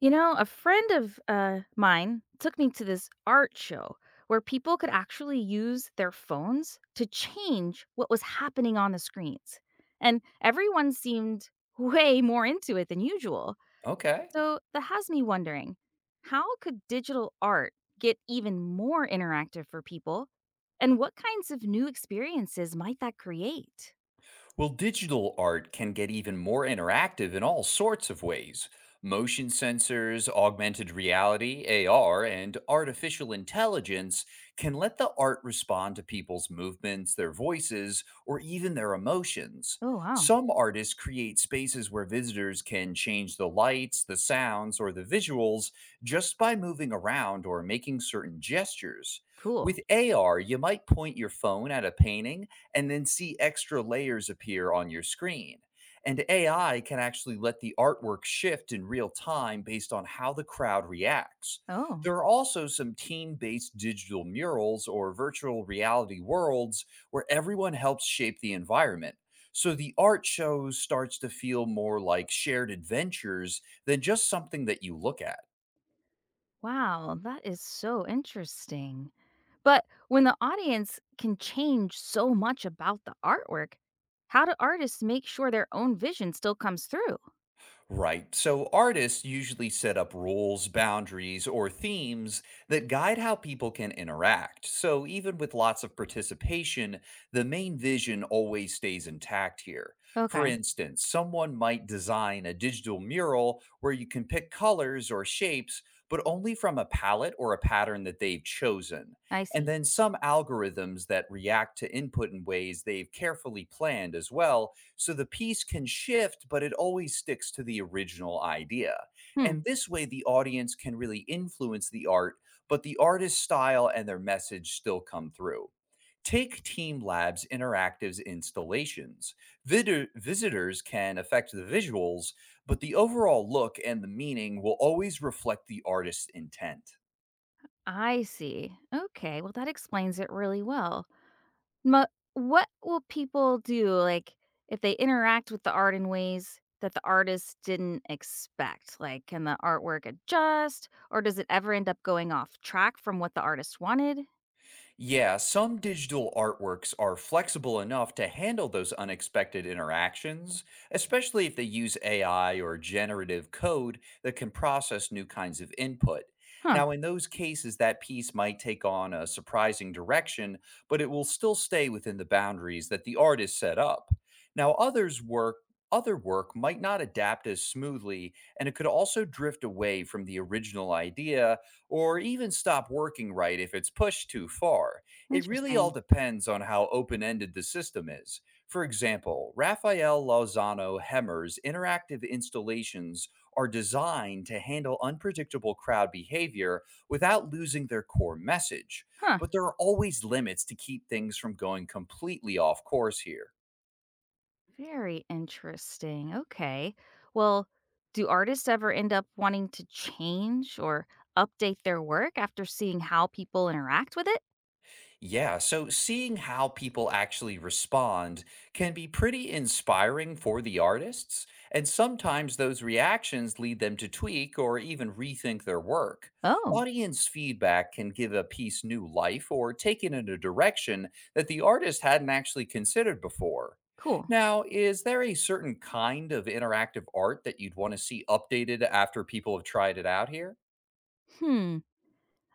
You know, a friend of mine took me to this art show where people could actually use their phones to change what was happening on the screens. And everyone seemed way more into it than usual. Okay. So that has me wondering, how could digital art get even more interactive for people? And what kinds of new experiences might that create? Well, digital art can get even more interactive in all sorts of ways. Motion sensors, augmented reality, AR, and artificial intelligence can let the art respond to people's movements, their voices, or even their emotions. Oh, wow. Some artists create spaces where visitors can change the lights, the sounds, or the visuals just by moving around or making certain gestures. Cool. With AR, you might point your phone at a painting and then see extra layers appear on your screen. And AI can actually let the artwork shift in real time based on how the crowd reacts. Oh. There are also some team based digital murals or virtual reality worlds where everyone helps shape the environment. So the art show starts to feel more like shared adventures than just something that you look at. Wow, that is so interesting. But when the audience can change so much about the artwork, how do artists make sure their own vision still comes through? Right. So artists usually set up rules, boundaries, or themes that guide how people can interact. So even with lots of participation, the main vision always stays intact here. For Okay, instance, someone might design a digital mural where you can pick colors or shapes, but only from a palette or a pattern that they've chosen. I And see. then some algorithms that react to input in ways they've carefully planned as well so the piece can shift, but it always sticks to the original idea. Hmm, And this way, the audience can really influence the art, but the artist's style and their message still come through. Take Team Labs Interactive's installations. Visitors can affect the visuals, but the overall look and the meaning will always reflect the artist's intent. I see. Okay, well, that explains it really well. But what will people do, like, if they interact with the art in ways that the artist didn't expect? Like, can the artwork adjust, or does it ever end up going off track from what the artist wanted? Yeah, some digital artworks are flexible enough to handle those unexpected interactions, especially if they use AI or generative code that can process new kinds of input. Huh. Now, in those cases, that piece might take on a surprising direction, but it will still stay within the boundaries that the artist set up. Now, other work might not adapt as smoothly and it could also drift away from the original idea or even stop working right if it's pushed too far. It really all Interesting. depends on how open ended the system is. For example, Raphael Lozano Hemmer's interactive installations are designed to handle unpredictable crowd behavior without losing their core message. Huh. But there are always limits to keep things from going completely off course here. Very interesting. Okay. Well, do artists ever end up wanting to change or update their work after seeing how people interact with it? Yeah, so seeing how people actually respond can be pretty inspiring for the artists, and sometimes those reactions lead them to tweak or even rethink their work. Oh, Audience feedback can give a piece new life or take it in a direction that the artist hadn't actually considered before. cool. Now, is there a certain kind of interactive art that you'd want to see updated after people have tried it out here? Hmm.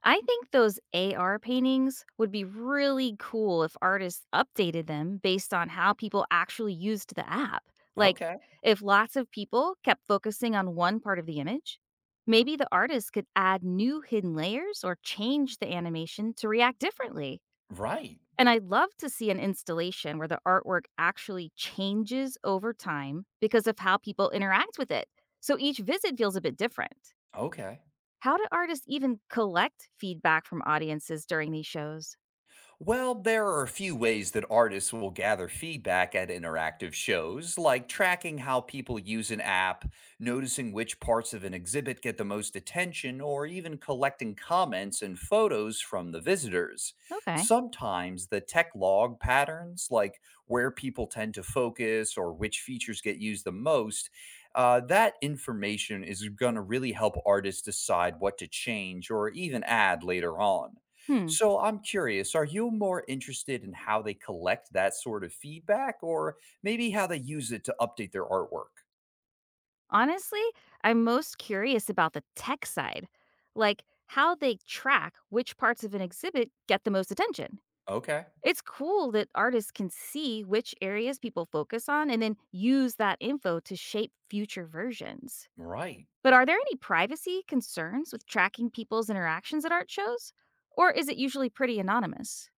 I think those AR paintings would be really cool if artists updated them based on how people actually used the app. Like, Okay, if lots of people kept focusing on one part of the image, maybe the artist could add new hidden layers or change the animation to react differently. right. And I'd love to see an installation where the artwork actually changes over time because of how people interact with it. So each visit feels a bit different. Okay. How do artists even collect feedback from audiences during these shows? Well, there are a few ways that artists will gather feedback at interactive shows, like tracking how people use an app, noticing which parts of an exhibit get the most attention, or even collecting comments and photos from the visitors. Okay. Sometimes the tech log patterns, like where people tend to focus or which features get used the most, that information is going to really help artists decide what to change or even add later on. Hmm. So I'm curious, are you more interested in how they collect that sort of feedback or maybe how they use it to update their artwork? Honestly, I'm most curious about the tech side, like how they track which parts of an exhibit get the most attention. Okay. It's cool that artists can see which areas people focus on and then use that info to shape future versions. Right. But are there any privacy concerns with tracking people's interactions at art shows? Or is it usually pretty anonymous?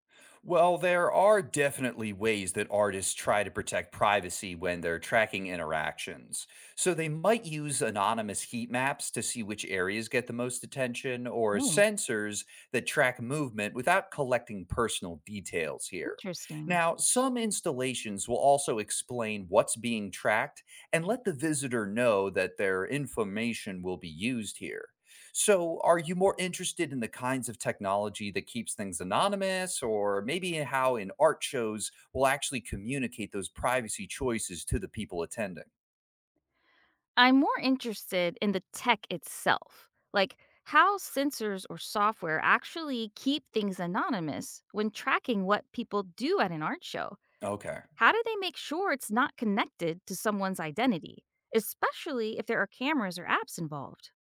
Well, there are definitely ways that artists try to protect privacy when they're tracking interactions. So they might use anonymous heat maps to see which areas get the most attention, or Oh, sensors that track movement without collecting personal details here. interesting. Now, some installations will also explain what's being tracked and let the visitor know that their information will be used here. So, are you more interested in the kinds of technology that keeps things anonymous, or maybe in how in art shows will actually communicate those privacy choices to the people attending? I'm more interested in the tech itself, like how sensors or software actually keep things anonymous when tracking what people do at an art show. Okay. How do they make sure it's not connected to someone's identity, especially if there are cameras or apps involved?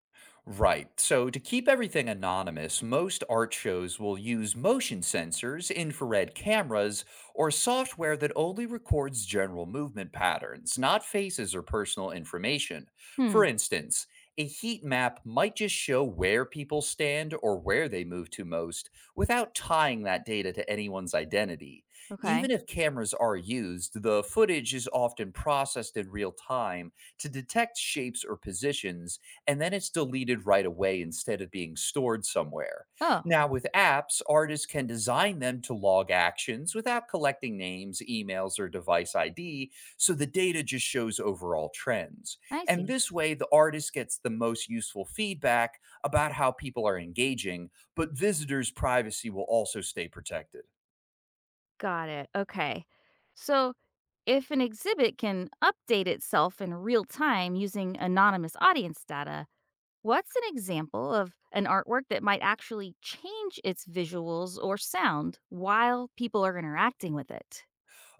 Right. So, to keep everything anonymous, most art shows will use motion sensors, infrared cameras, or software that only records general movement patterns, not faces or personal information. Hmm, For instance, a heat map might just show where people stand or where they move to most without tying that data to anyone's identity. okay. Even if cameras are used, the footage is often processed in real time to detect shapes or positions and then it's deleted right away instead of being stored somewhere. Oh, Now, with apps, artists can design them to log actions without collecting names, emails, or device ID, so the data just shows overall trends. I And see. this way, the artist gets the most useful feedback about how people are engaging, but visitors' privacy will also stay protected. Got it. Okay. So, if an exhibit can update itself in real time using anonymous audience data, what's an example of an artwork that might actually change its visuals or sound while people are interacting with it?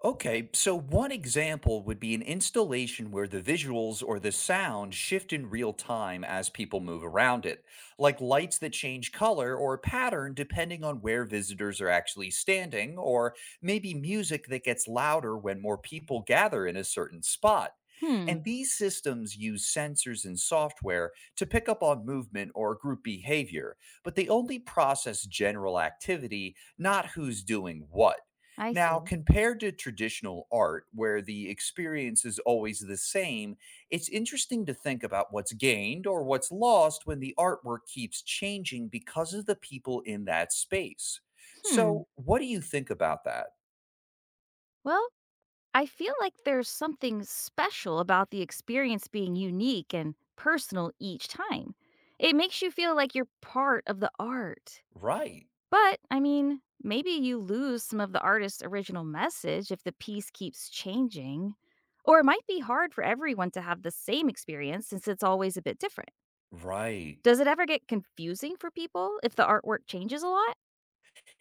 Okay, so one example would be an installation where the visuals or the sound shift in real time as people move around it, like lights that change color or pattern depending on where visitors are actually standing, or maybe music that gets louder when more people gather in a certain spot. Hmm, And these systems use sensors and software to pick up on movement or group behavior, but they only process general activity, not who's doing what. I Now, see. compared to traditional art, where the experience is always the same, it's interesting to think about what's gained or what's lost when the artwork keeps changing because of the people in that space. Hmm. So, what do you think about that? Well, I feel like there's something special about the experience being unique and personal each time. It makes you feel like you're part of the art. Right, But, I mean, maybe you lose some of the artist's original message if the piece keeps changing. Or it might be hard for everyone to have the same experience since it's always a bit different. right. Does it ever get confusing for people if the artwork changes a lot?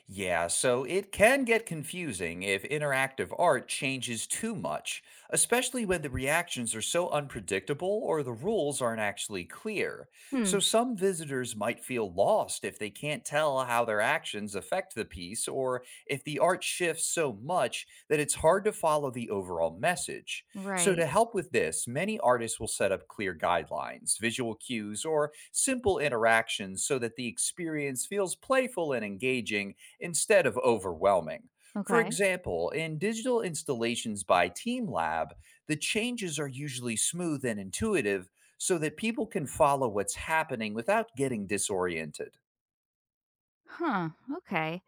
Yeah, so it can get confusing if interactive art changes too much, especially when the reactions are so unpredictable or the rules aren't actually clear. Hmm, So some visitors might feel lost if they can't tell how their actions affect the piece or if the art shifts so much that it's hard to follow the overall message. So right. to help with this, many artists will set up clear guidelines, visual cues, or simple interactions so that the experience feels playful and engaging instead of overwhelming. For Okay. example, in digital installations by TeamLab, the changes are usually smooth and intuitive so that people can follow what's happening without getting disoriented. Huh, okay.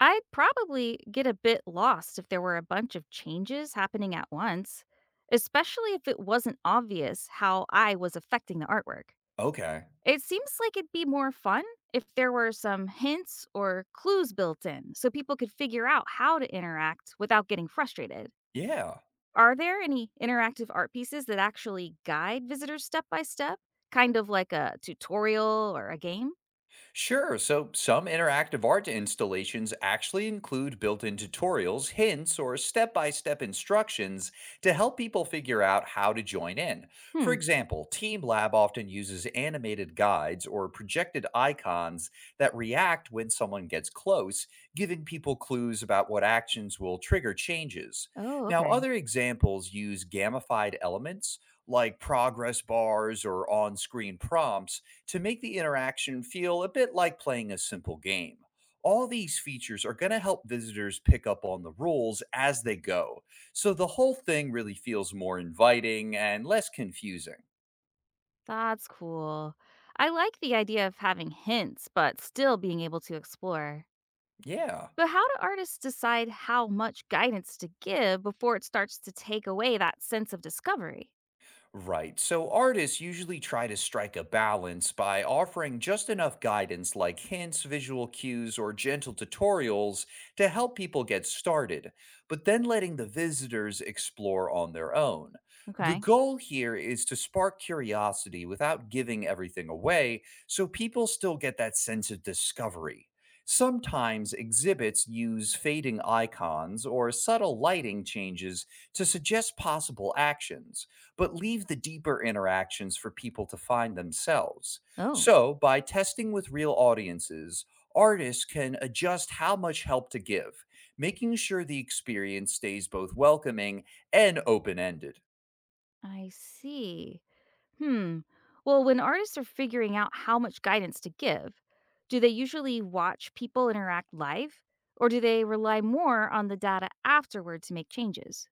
I'd probably get a bit lost if there were a bunch of changes happening at once, especially if it wasn't obvious how I was affecting the artwork. Okay. It seems like it'd be more fun if there were some hints or clues built in so people could figure out how to interact without getting frustrated. Yeah. Are there any interactive art pieces that actually guide visitors step by step, kind of like a tutorial or a game? Sure. So some interactive art installations actually include built in tutorials, hints, or step by step instructions to help people figure out how to join in. For Hmm. example, Team Lab often uses animated guides or projected icons that react when someone gets close, giving people clues about what actions will trigger changes. Oh, Now, okay. other examples use gamified elements like progress bars or on screen prompts to make the interaction feel a bit like playing a simple game. All these features are going to help visitors pick up on the rules as they go, so the whole thing really feels more inviting and less confusing. That's cool. I like the idea of having hints, but still being able to explore. Yeah. But how do artists decide how much guidance to give before it starts to take away that sense of discovery? Right. So artists usually try to strike a balance by offering just enough guidance like hints, visual cues, or gentle tutorials to help people get started, but then letting the visitors explore on their own. The Okay. goal here is to spark curiosity without giving everything away so people still get that sense of discovery. Sometimes exhibits use fading icons or subtle lighting changes to suggest possible actions but leave the deeper interactions for people to find themselves. Oh, So, by testing with real audiences, artists can adjust how much help to give, making sure the experience stays both welcoming and open ended. I see. Hmm. Well, when artists are figuring out how much guidance to give, do they usually watch people interact live or do they rely more on the data afterward to make changes?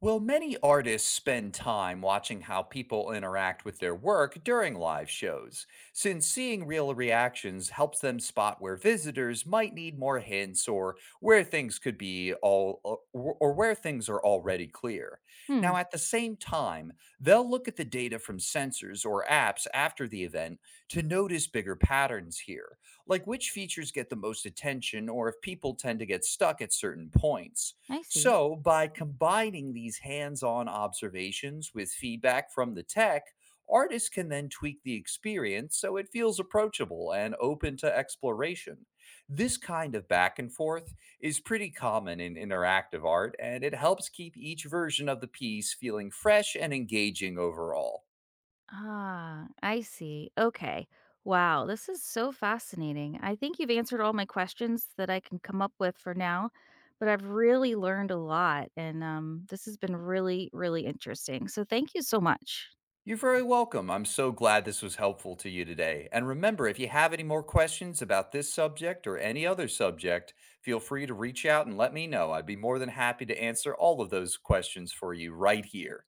Well, many artists spend time watching how people interact with their work during live shows, since seeing real reactions helps them spot where visitors might need more hints or where things could be all or where things are already clear. Hmm, Now, at the same time, they'll look at the data from sensors or apps after the event to notice bigger patterns here, like which features get the most attention or if people tend to get stuck at certain points. I see. So, by combining these hands on observations with feedback from the tech, artists can then tweak the experience so it feels approachable and open to exploration. This kind of back and forth is pretty common in interactive art, and it helps keep each version of the piece feeling fresh and engaging overall. Ah, I see. Okay. Wow, this is so fascinating. I think you've answered all my questions that I can come up with for now, but I've really learned a lot and this has been really, really interesting. So thank you so much. You're very welcome. I'm so glad this was helpful to you today. And remember, if you have any more questions about this subject or any other subject, feel free to reach out and let me know. I'd be more than happy to answer all of those questions for you right here.